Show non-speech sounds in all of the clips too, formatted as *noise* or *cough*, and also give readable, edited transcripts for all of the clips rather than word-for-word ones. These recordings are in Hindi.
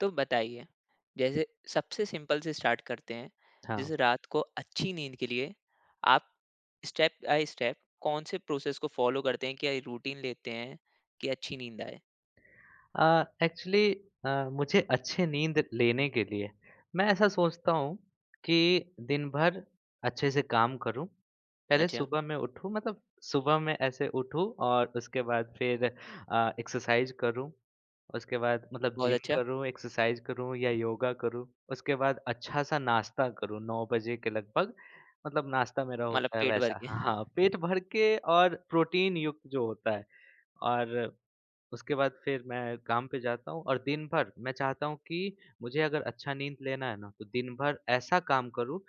तो बताइए। जैसे सबसे सिंपल से स्टार्ट करते हैं। जैसे हाँ। रात को अच्छी नींद के लिए आप स्टेप बाय स्टेप कौन से प्रोसेस को फॉलो करते हैं, क्या रूटीन लेते हैं कि अच्छी नींद आए। एक्चुअली मुझे अच्छी नींद लेने के लिए मैं ऐसा सोचता हूँ कि दिन भर अच्छे से काम करूँ। पहले अच्छा। सुबह मैं उठूँ मतलब सुबह मैं ऐसे उठूँ और उसके बाद फिर एक्सरसाइज़ करूँ। उसके बाद मतलब बहुत जिम अच्छा। करूँ, एक्सरसाइज़ करूँ या योगा करूँ। उसके बाद अच्छा-सा नाश्ता करूँ 9 बजे के लगभग। मतलब नाश्ता मेरा मतलब होता है पेट भर वैसा के हाँ, *laughs* हाँ पेट भर के और प्रोटीन युक्त जो होता है। और उसके बाद फिर मैं काम पे जाता हूँ और दिन भर मैं चाहता हूँ कि मुझे अगर अच्छा नींद लेना है ना तो दिन भर ऐसा काम करूँ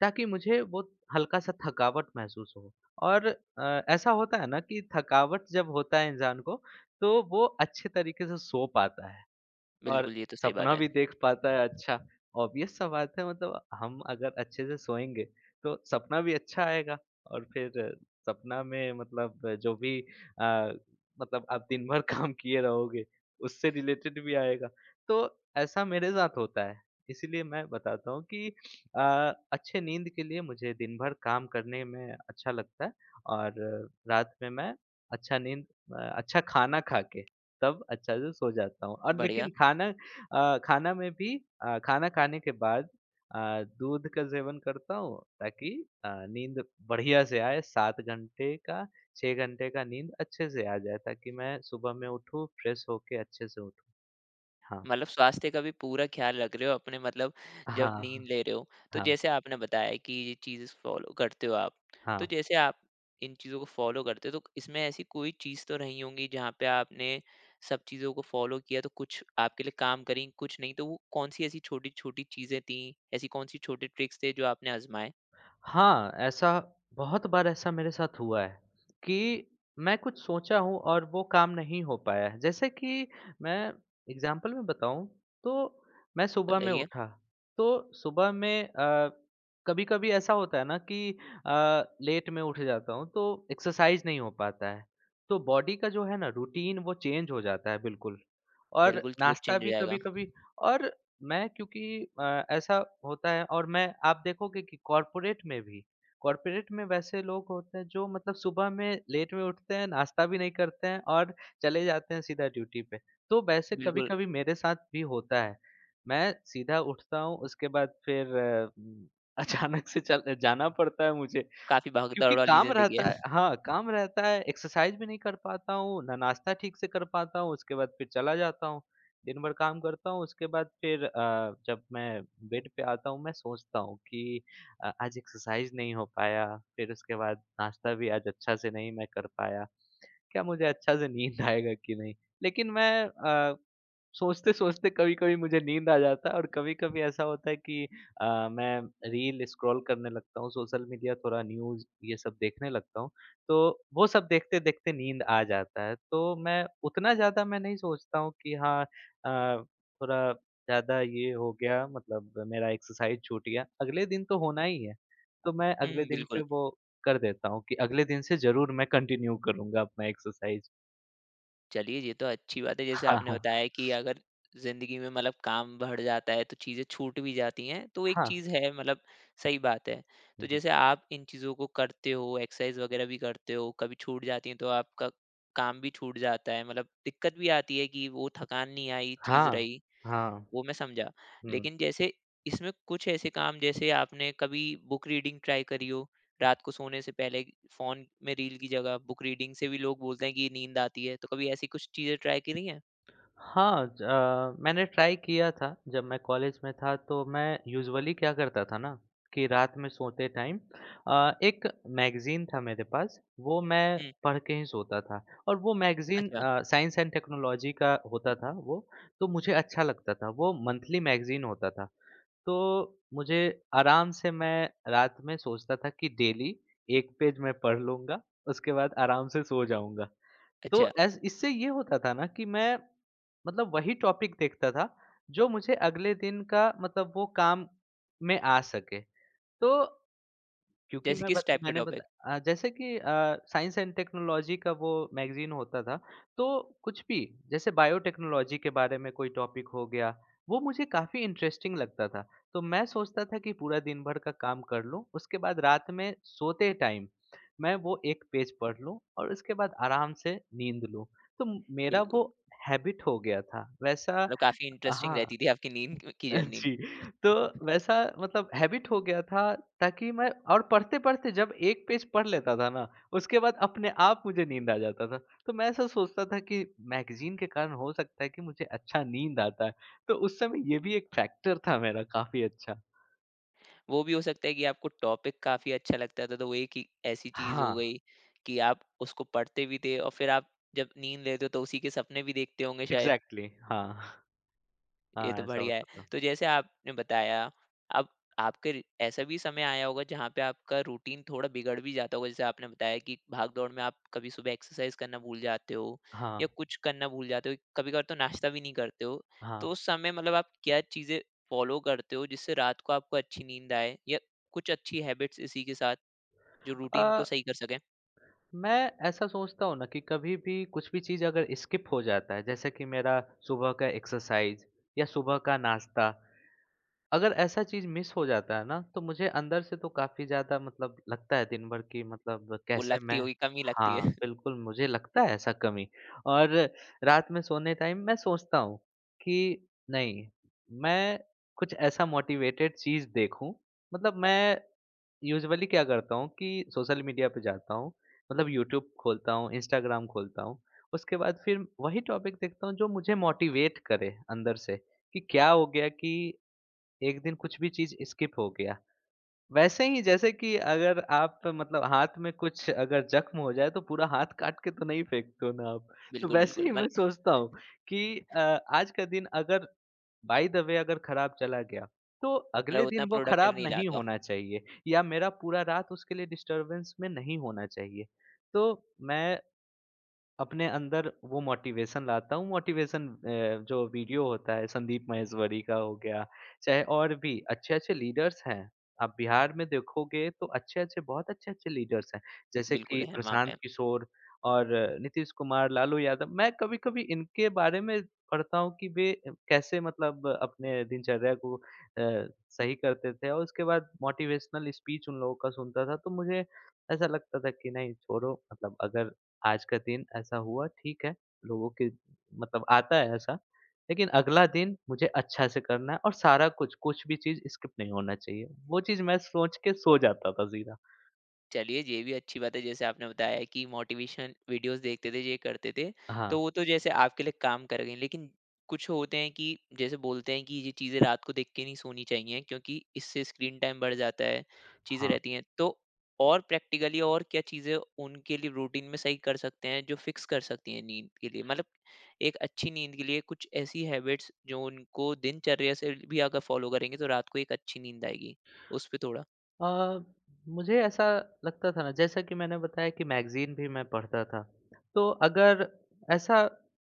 ताकि मुझे वो हल्का सा थकावट महसूस हो। और ऐसा होता है ना कि थकावट जब होता है इंसान को तो वो अच्छे तरीके से सो पाता है और बिल्कुल, ये तो सही बात सपना है। भी देख पाता है अच्छा। ऑब्वियस सा बात है मतलब हम अगर अच्छे से सोएँगे, तो सपना भी अच्छा आएगा और फिर सपना में मतलब मतलब आप दिन भर *laughs* काम किए रहोगे, उससे रिलेटेड भी आएगा। तो ऐसा मेरे साथ होता है, इसीलिए मैं बताता हूँ कि अ, अच्छे नींद के लिए मुझे दिन भर काम करने में अच्छा लगता है और रात में मैं अच्छा नींद अच्छा खाना खा के तब अच्छा से सो जाता हूँ। और बढ़िया। लेकिन खाना खाना में भी खाना खाने के बाद दूध का सेवन करता हूँ ताकि नींद बढ़िया से आए। 7 घंटे का 6 घंटे का नींद अच्छे से आ जाए ताकि मैं सुबह में उठूँ, फ्रेश होके अच्छे से उठूँ। हाँ। मतलब स्वास्थ्य का भी पूरा ख्याल रख रहे हो अपने, मतलब जब नींद हाँ, ले रहे हो। तो हाँ, जैसे आपने बताया कि ये चीज़ें फ़ॉलो करते हो आप। तो हाँ। जैसे आप इन चीज़ों को फ़ॉलो करते हो, तो इसमें ऐसी कोई चीज़ तो रही होंगी जहाँ पे आपने सब चीज़ों को फ़ॉलो किया, तो कुछ आपके लिए काम करी, कुछ नहीं। तो वो कौन-सी ऐसी छोटी-छोटी चीज़ें थीं? ऐसी कौन-सी छोटे ट्रिक्स थे जो आपने आज़माए? हाँ, ऐसा बहुत बार ऐसा मेरे साथ हुआ है कि मैं कुछ सोचा हूँ और वो काम नहीं हो पाया है। जैसे कि मैं एग्ज़ाम्पल में बताऊँ तो मैं सुबह में बताइए। उठा, तो सुबह में कभी-कभी ऐसा होता है ना कि अ, लेट में उठ जाता हूँ तो एक्सरसाइज़ नहीं हो पाता है। तो बॉडी का जो है ना रूटीन वो चेंज हो जाता है बिल्कुल। और बिल्कुल नाश्ता चेंज हो भी जाएगा। कभी-कभी। और मैं क्योंकि ऐसा होता है और मैं आप देखोगे कि कॉर्पोरेट में भी, कॉर्पोरेट में वैसे लोग होते हैं जो मतलब सुबह में लेट में उठते हैं, नाश्ता भी नहीं करते हैं और चले जाते हैं सीधा ड्यूटी पे। तो वैसे बिल्कुल, कभी-कभी मेरे साथ भी होता है। मैं सीधा उठता हूँ उसके बाद फिर उम, अचानक से चल जाना पड़ता है मुझे काफ़ी भाग-दौड़ क्योंकि वाली काम ज़िंदगी रहता है। है। हाँ, काम रहता है, एक्सरसाइज़ भी नहीं कर पाता हूँ, ना नाश्ता ठीक से कर पाता हूँ, उसके बाद फिर चला जाता हूँ। दिन भर काम करता हूँ, उसके बाद फिर जब मैं बेड पे आता हूँ, मैं सोचता हूँ कि आज एक्सरसाइज़ नहीं हो पाया, फिर उसके बाद नाश्ता भी आज अच्छा से नहीं मैं कर पाया। क्या मुझे अच्छा से नींद आएगा कि नहीं? लेकिन मैं सोचते-सोचते कभी-कभी मुझे नींद आ जाता है और कभी-कभी ऐसा होता है कि अ, मैं रील स्क्रॉल करने लगता हूँ, सोशल मीडिया थोड़ा न्यूज़ ये सब देखने लगता हूँ, तो वो सब देखते-देखते नींद आ जाता है। तो मैं उतना ज़्यादा मैं नहीं सोचता हूँ कि हाँ थोड़ा ज़्यादा ये हो गया मतलब मेरा एक्सरसाइज़ छूट गया, अगले दिन तो होना ही है। तो मैं अगले हुँ, दिन पे बिल्कुल। वो कर देता हूँ कि अगले दिन से ज़रूर मैं कंटिन्यू करूँगा अपना एक्सरसाइज़। चलिए ये तो अच्छी बात है। जैसे हाँ, आपने हाँ। बताया कि अगर जिंदगी में मतलब काम बढ़ जाता है तो चीजें छूट भी जाती हैं, तो एक हाँ। चीज है मतलब सही बात है। तो हुँ, हुँ। जैसे आप इन चीजों को करते हो, एक्सरसाइज वगैरह भी करते हो, कभी छूट जाती है तो आपका काम भी छूट जाता है, मतलब दिक्कत भी आती है कि वो थकान नहीं आई, चीज हाँ। रही हाँ। वो मैं समझा। हुँ। लेकिन जैसे इसमें कुछ ऐसे काम, जैसे आपने कभी बुक रीडिंग ट्राई करी हो? रात को सोने से पहले फ़ोन में रील की जगह बुक रीडिंग से भी लोग बोलते हैं कि नींद आती है, तो कभी ऐसी कुछ चीज़ें ट्राई करी हैं? हाँ, मैंने ट्राई किया था जब मैं कॉलेज में था तो मैं यूजुअली क्या करता था ना कि रात में सोते टाइम एक मैगज़ीन था मेरे पास। वो मैं हुँ, पढ़ के ही सोता था और वो मैगज़ीन अच्छा, साइंस एंड टेक्नोलॉजी का होता था वो, तो मुझे अच्छा लगता था। वो मंथली मैगज़ीन होता था। तो मुझे आराम से मैं रात में सोचता था कि डेली 1 पेज मैं पढ़ लूँगा, उसके बाद आराम से सो जाऊँगा। तो अच्छा। एस इससे ये होता था ना कि मैं मतलब वही टॉपिक देखता था जो मुझे अगले दिन का मतलब वो काम में आ सके। तो क्योंकि जैसे मैं किस बत टाइप का मैंने टॉपिक? बता अ, जैसे कि साइंस एंड टेक्नोलॉजी का वो मैगज़ीन होता था, तो कुछ भी जैसे बायोटेक्नोलॉजी के बारे में कोई टॉपिक हो गया, वो मुझे काफ़ी इंटरेस्टिंग लगता था। तो मैं सोचता था कि पूरा दिन भर का काम कर लूँ, उसके बाद रात में सोते टाइम मैं वो 1 पेज पढ़ लूँ और उसके बाद आराम से नींद लूँ। तो मेरा बिल्कुल, वो हैबिट हो गया था। वैसा मतलब काफ़ी इंटरेस्टिंग हाँ, रहती थी आपकी नींद क की *laughs* जर्नी। जी, तो वैसा मतलब हैबिट हो गया था ताकि मैं और पढ़ते-पढ़ते जब 1 पेज पढ़ लेता था ना, उसके बाद अपने आप मुझे नींद आ जाता था। तो मैं ऐसा सोचता था कि मैगज़ीन के कारण हो सकता है कि मुझे अच्छा नींद आता है, तो उस समय ये भी एक फैक्टर था मेरा काफ़ी अच्छा। वो भी हो सकता है कि आपको टॉपिक काफ़ी अच्छा लगता था, तो वो एक ही ऐसी चीज़ हो हाँ, गई कि आप उसको पढ़ते भी थे और फिर आप जब नींद लेते हो तो उसी के सपने भी देखते होंगे शायद? एग्ज़ैक्टली। हाँ, ये तो हाँ, ऐसा बढ़िया है। होता था। तो जैसे आपने बताया, अब आपके र ऐसा भी समय आया होगा जहाँ पे आपका रूटीन थोड़ा बिगड़ भी जाता होगा। जैसे आपने बताया कि भाग-दौड़ में आप कभी सुबह एक्सरसाइज़ करना भूल जाते हो हाँ, या कुछ करना भूल जाते हो, कभी-कभार तो नाश्ता भी नहीं करते हो। हाँ। तो उस समय मतलब आप क्या चीज़ें फ़ॉलो करते हो जिससे रात को आपको अच्छी नींद आए, या कुछ अच्छी हैबिट्स इसी के साथ जो अ रूटीन को सही कर सकें? मैं ऐसा सोचता हूँ ना कि कभी भी कुछ भी चीज़ अगर स्किप हो जाता है जैसे कि मेरा सुबह का एक्सरसाइज या सुबह का नाश्ता, अगर ऐसा चीज़ मिस हो जाता है ना तो मुझे अंदर से तो काफ़ी ज़्यादा मतलब लगता है दिन भर कि मतलब वो कैसे लगती मैं। होगी, कम ही लगती हाँ, है। *laughs* बिल्कुल मुझे लगता है ऐसा कमी। और रात में सोने टाइम मैं सोचता हूँ कि नहीं, मैं कुछ ऐसा मोटिवेटेड चीज़ देखूँ। मतलब मैं यूजुअली क्या करता हूँ कि सोशल मीडिया पे जाता हूँ, मतलब यूट्यूब खोलता हूँ, इंस्टाग्राम खोलता हूँ। उसके बाद फिर वही टॉपिक देखता हूँ जो मुझे मोटिवेट करे अंदर से, कि क्या हो गया कि एक दिन कुछ भी चीज़ स्किप हो गया। वैसे ही जैसे कि अगर आप मतलब हाथ में कुछ अगर जख्म हो जाए तो पूरा हाथ काट के तो नहीं फेंकते हो ना आप। तो बिल्कुल, वैसे बिल्कुल। ही मल मैं सोचता हूँ कि अ, आज का दिन अगर बाय द वे अगर खराब चला गया तो अगले मतलब दिन उतना वो प्रोडक्टिव खराब नहीं नहीं रहता हो। होना चाहिए या मेरा पूरा रात उसके लिए डिस्टरबेंस में नहीं होना चाहिए। तो मैं अपने अंदर वो मोटिवेशन लाता हूँ, मोटिवेशन जो वीडियो होता है संदीप महेश्वरी का हो गया, चाहे और भी अच्छे-अच्छे लीडर्स हैं। आप बिहार में देखोगे तो अच्छे-अच्छे बहुत अच्छे-अच्छे लीडर्स हैं, जैसे बिल्कुल कि है वहाँ प्रशांत पे। किशोर और नीतीश कुमार, लालू यादव। मैं कभी-कभी इनके बारे में पढ़ता हूँ कि वे कैसे मतलब अपने दिनचर्या को सही करते थे और उसके बाद मोटिवेशनल स्पीच उन लोगों का सुनता था, तो मुझे ऐसा लगता था कि नहीं छोड़ो मतलब अगर आज का दिन ऐसा हुआ ठीक है, लोगों के मतलब आता है ऐसा, लेकिन अगला दिन मुझे अच्छा से करना है और सारा कुछ, कुछ भी चीज़ स्किप नहीं होना चाहिए। वो चीज़ मैं सोच के सो जाता था सीधा। चलिए ये भी अच्छी बात है, जैसे आपने बताया कि मोटिवेशन वीडियोस देखते थे, ये करते थे, हाँ, तो वो तो जैसे आपके लिए काम कर गई, लेकिन कुछ होते हैं कि जैसे बोलते हैं कि ये चीज़ें रात को देख के नहीं सोनी चाहिए क्योंकि इससे स्क्रीन टाइम बढ़ जाता है, चीज़ें हाँ। रहती हैं। तो और प्रैक्टिकली और क्या चीज़ें उनके लिए रूटीन में सही कर सकते हैं जो फिक्स कर सकती हैं नींद के लिए, मतलब एक अच्छी नींद के लिए कुछ ऐसी हैबिट्स जो उनको दिनचर्या से भी अगर फॉलो करेंगे तो रात को एक अच्छी नींद आएगी, उस पर थोड़ा। अ, मुझे ऐसा लगता था ना जैसा कि मैंने बताया कि मैगज़ीन भी मैं पढ़ता था। तो अगर ऐसा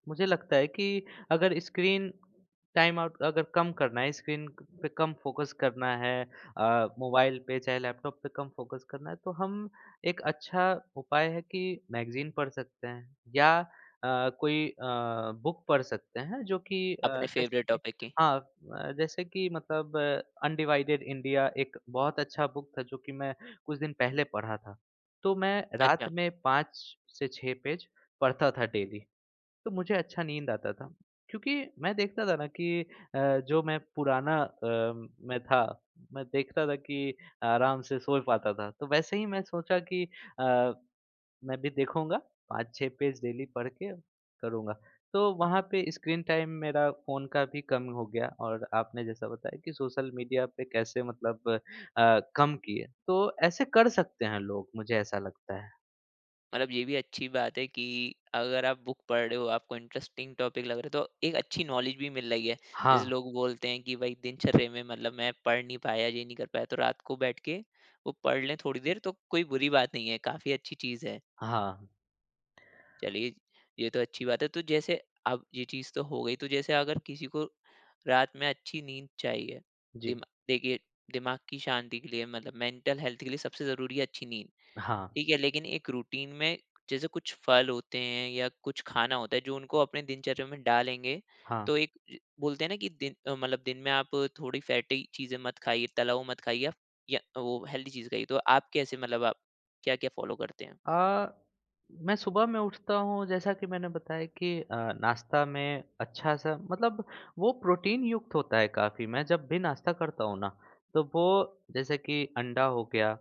मुझे लगता है कि अगर स्क्रीन टाइम आउट अगर कम करना है, स्क्रीन क पे कम फ़ोकस करना है मोबाइल पे चाहे लैपटॉप पे कम फ़ोकस करना है, तो हम एक अच्छा उपाय है कि मैगज़ीन पढ़ सकते हैं या बुक पढ़ सकते हैं जो कि अपने जैसे फेवरेट कि टॉपिक की। जैसे कि मतलब अनडिवाइडेड इंडिया एक बहुत अच्छा बुक था जो कि मैं कुछ दिन पहले पढ़ा था। तो मैं रात अच्छा। में 5 से 6 पेज पढ़ता था डेली, तो मुझे अच्छा नींद आता था। क्योंकि मैं देखता था ना कि अ, जो मैं पुराना अ, मैं था, मैं देखता था कि आराम से सो पाता था। तो वैसे ही मैं सोचा कि अ, मैं भी देखूँगा, 5-6 पेज डेली पढ़ के करूँगा। तो वहाँ पे स्क्रीन टाइम मेरा फ़ोन का भी कम हो गया और आपने जैसा बताया कि सोशल मीडिया पे कैसे मतलब कम किए। तो ऐसे कर सकते हैं लोग, मुझे ऐसा लगता है। मतलब ये भी अच्छी बात है कि अगर आप बुक पढ़ रहे हो, आपको इंटरेस्टिंग टॉपिक लग रहा है, तो एक अच्छी नॉलेज भी मिल रही है। जैसे हाँ, लोग बोलते हैं कि भाई दिनचर्या में मतलब मैं पढ़ नहीं पाया, ये नहीं कर पाया, तो रात को बैठ के वो पढ़ लें थोड़ी देर, तो कोई बुरी बात नहीं है, काफी अच्छी चीज है। हाँ। चलिए ये तो अच्छी बात है। तो जैसे अब ये चीज तो हो गई, तो जैसे अगर किसी को रात में अच्छी नींद चाहिए, जी। दिमा देखिए, दिमाग की शांति के लिए मतलब मेंटल हेल्थ के लिए सबसे जरूरी है अच्छी नींद। हाँ, ठीक है, लेकिन एक रूटीन में जैसे कुछ फल होते हैं या कुछ खाना होता है जो उनको अपने दिनचर्या में डालेंगे, हाँ। तो एक ज बोलते हैं ना कि दिन मतलब दिन में आप थोड़ी फैटी चीज़ें मत खाइए, तला हुआ मत खाइए, आप या वो हेल्दी चीज़ खाइए। तो आप कैसे, मतलब आप क्या-क्या फ़ॉलो करते हैं? आ, मैं सुबह में उठता हूँ जैसा कि मैंने बताया कि नाश्ता में अच्छा सा मतलब वो प्रोटीन युक्त होता है काफ़ी। मैं जब भी नाश्ता करता हूँ ना तो वो जैसे कि अंडा हो गया,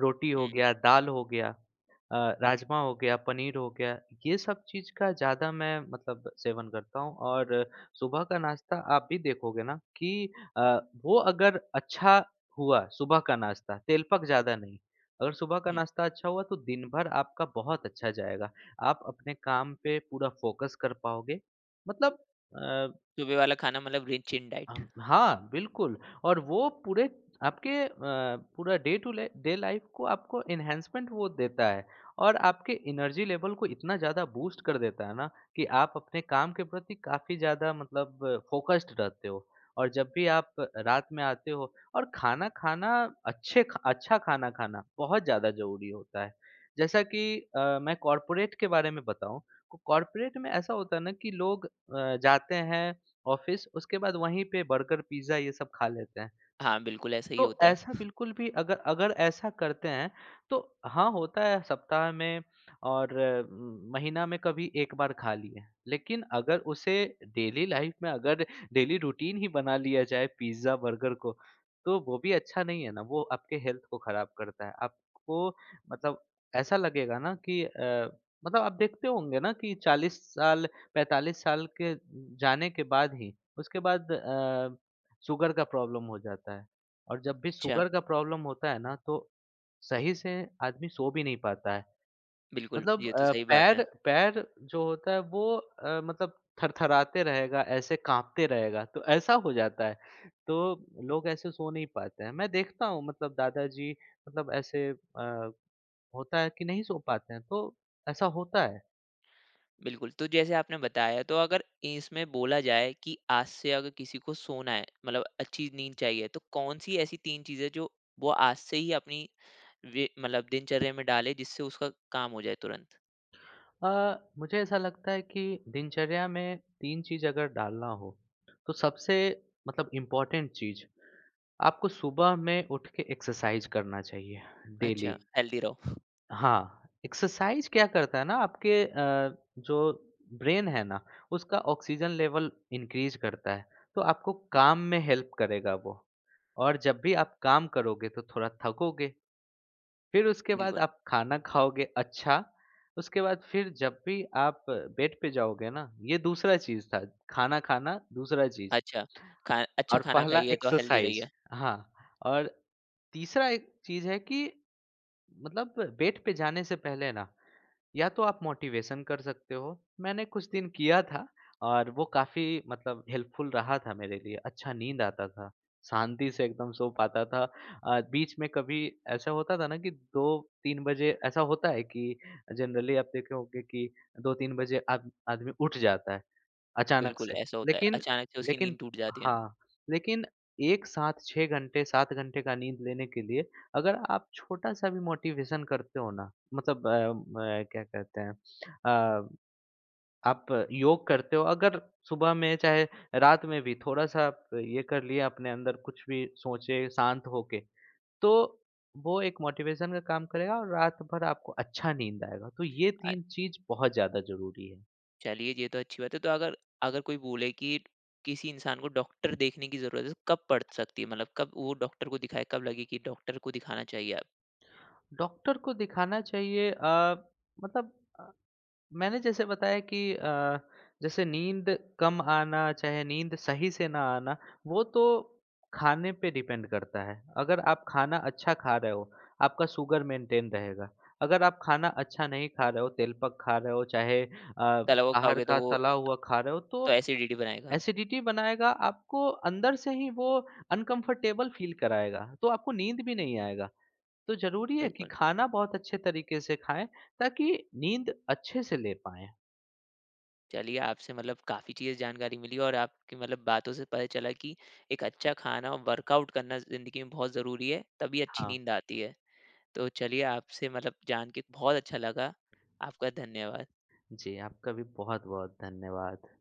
रोटी हो हुँ, गया, दाल हो गया, राजमा हो गया, पनीर हो गया, ये सब चीज़ का ज़्यादा मैं मतलब सेवन करता हूँ। और सुबह का नाश्ता आप भी देखोगे ना कि वो अगर अच्छा हुआ सुबह का नाश्ता तेलपक ज़्यादा नहीं, अगर सुबह का हुँ। नाश्ता अच्छा हुआ तो दिन भर आपका बहुत अच्छा जाएगा। आप अपने काम पे पूरा फ़ोकस कर पाओगे। मतलब अ, सुबह वाला खाना मतलब रिच इन डाइट। हाँ, बिल्कुल। और वो पूरे आपके पूरा डे टू ले डे लाइफ़ को आपको एनहांसमेंट वो देता है और आपके एनर्जी लेवल को इतना ज़्यादा बूस्ट कर देता है ना कि आप अपने काम के प्रति काफ़ी ज़्यादा मतलब फ़ोकस्ड रहते हो। और जब भी आप रात में आते हो और खाना खाना अच्छे ख अच्छा खाना खाना बहुत ज़्यादा ज़रूरी होता है। जैसा कि मैं कॉर्पोरेट के बारे में बताऊँ, तो कॉर्पोरेट में ऐसा होता है ना कि लोग जाते हैं ऑफिस उसके बाद वहीं पे बर्गर, पिज़्ज़ा ये सब खा लेते हैं। हाँ, बिल्कुल ऐसा ही तो होता है। ऐसा बिल्कुल भी अगर अगर ऐसा करते हैं, तो हाँ, होता है सप्ताह में और महीना में कभी एक बार खा लिए। लेकिन अगर उसे डेली लाइफ़ में अगर डेली रूटीन ही बना लिया जाए पिज़्ज़ा, बर्गर को, तो वो भी अच्छा नहीं है ना, वो आपके हेल्थ को ख़राब करता है। आपको मतलब ऐसा लगेगा ना कि मतलब आप देखते होंगे ना कि 40 साल, 45 साल के जाने के बाद ही, उसके बाद शुगर का प्रॉब्लम हो जाता है। और जब भी अच्छा, शुगर का प्रॉब्लम होता है ना तो सही से आदमी सो भी नहीं पाता है। बिल्कुल, मतलब ये तो अ, सही बात है। पैर पैर जो होता है वो मतलब थरथराते रहेगा, ऐसे काँपते रहेगा, तो ऐसा हो जाता है। तो लोग ऐसे सो नहीं पाते हैं। मैं देखता हूँ मतलब दादाजी मतलब ऐसे होता है कि नहीं सो पाते हैं, तो ऐसा होता है। बिल्कुल, तो जैसे आपने बताया, तो अगर इसमें बोला जाए कि आज से अगर किसी को सोना है मतलब अच्छी नींद चाहिए, तो कौन-सी ऐसी 3 चीज़ें जो वो आज से ही अपनी वे मतलब दिनचर्या में डाले जिससे उसका काम हो जाए तुरंत? मुझे ऐसा लगता है कि दिनचर्या में 3 चीज़ अगर डालना हो, तो सबसे मतलब इम्पोर्टेंट चीज़, आपको सुबह में उठ के एक्सरसाइज़ करना चाहिए डेली। अच्छा, हेल्दी रहो। हाँ, एक्सरसाइज़ क्या करता है ना आपके जो ब्रेन है ना, उसका ऑक्सीजन लेवल इंक्रीज़ करता है, तो आपको काम में हेल्प करेगा वो। और जब भी आप काम करोगे तो थोड़ा थकोगे, फिर उसके बाद बिल्कुल, आप खाना खाओगे अच्छा, उसके बाद फिर जब भी आप बेड पे जाओगे ना, ये दूसरा चीज़ था, खाना खाना दूसरा चीज़ अच्छा, खा अच्छा और खाना पहला खाइए तो हेल्दी एक्सरसाइज़। रहिए। हाँ, और तीसरा एक चीज़ है कि मतलब बेड पे जाने से पहले ना या तो आप मोटिवेशन कर सकते हो। मैंने कुछ दिन किया था और वो काफ़ी मतलब हेल्पफुल रहा था मेरे लिए। अच्छा नींद आता था, शांति से एकदम सो पाता था। बीच में कभी ऐसा होता था ना कि 2-3 बजे ऐसा होता है कि जनरली आप देखे होंगे कि 2-3 बजे आद आदमी उठ जाता है। अचानक बिल्कुल, से। ऐसा होता है, लेकिन अचानक से उसकी लेकिन नींद टूट जाती है। हाँ, लेकिन एक साथ 6 घंटे, 7 घंटे का नींद लेने के लिए अगर आप छोटा-सा भी मोटिवेशन करते हो ना, मतलब अ, म क्या कहते हैं अ, आप योग करते हो, अगर सुबह में चाहे रात में भी थोड़ा-सा आप ये कर लिए अपने अंदर कुछ भी सोचे शांत होके, तो वो एक मोटिवेशन का काम करेगा और रात भर आपको अच्छा नींद आएगा। तो ये 3 चीज़ बहुत ज़्यादा ज़रूरी है। चलिए ये तो अच्छी बात है। तो अगर अगर कोई बोले कि किसी इंसान को डॉक्टर देखने की ज़रूरत है, तो कब पड़ सकती है? मतलब कब वो डॉक्टर को दिखाए, कब लगे कि डॉक्टर को दिखाना चाहिए अब? डॉक्टर को दिखाना चाहिए मतलब अ, मैंने जैसे बताया कि जैसे नींद कम आना, चाहे नींद सही से ना आना, वो तो खाने पे डिपेंड करता है। अगर आप खाना अच्छा खा रहे हो, आपका शुगर मेंटेन रहेगा। अगर आप खाना अच्छा नहीं खा रहे हो, तेलपक खा रहे हो, चाहे तला हुआ बाहर खाओगे तो का वो तला हुआ खा रहे हो, तो तो एसिडिटी बनाएगा। एसिडिटी बनाएगा, आपको अंदर से ही वो अनकंफर्टेबल फील कराएगा, तो आपको नींद भी नहीं आएगा। तो ज़रूरी है कि बिल्कुल, खाना बहुत अच्छे तरीके से खाएँ ताकि नींद अच्छे से ले पाएँ। चलिए आपसे मतलब काफ़ी चीज़ें जानकारी मिली, और आपकी मतलब बातों से पता चला कि एक अच्छा खाना और वर्कआउट करना ज़िंदगी में बहुत ज़रूरी है, तभी अच्छी हाँ, नींद आती है। तो चलिए आपसे मतलब जान के बहुत अच्छा लगा। आपका धन्यवाद। जी आपका भी बहुत-बहुत धन्यवाद।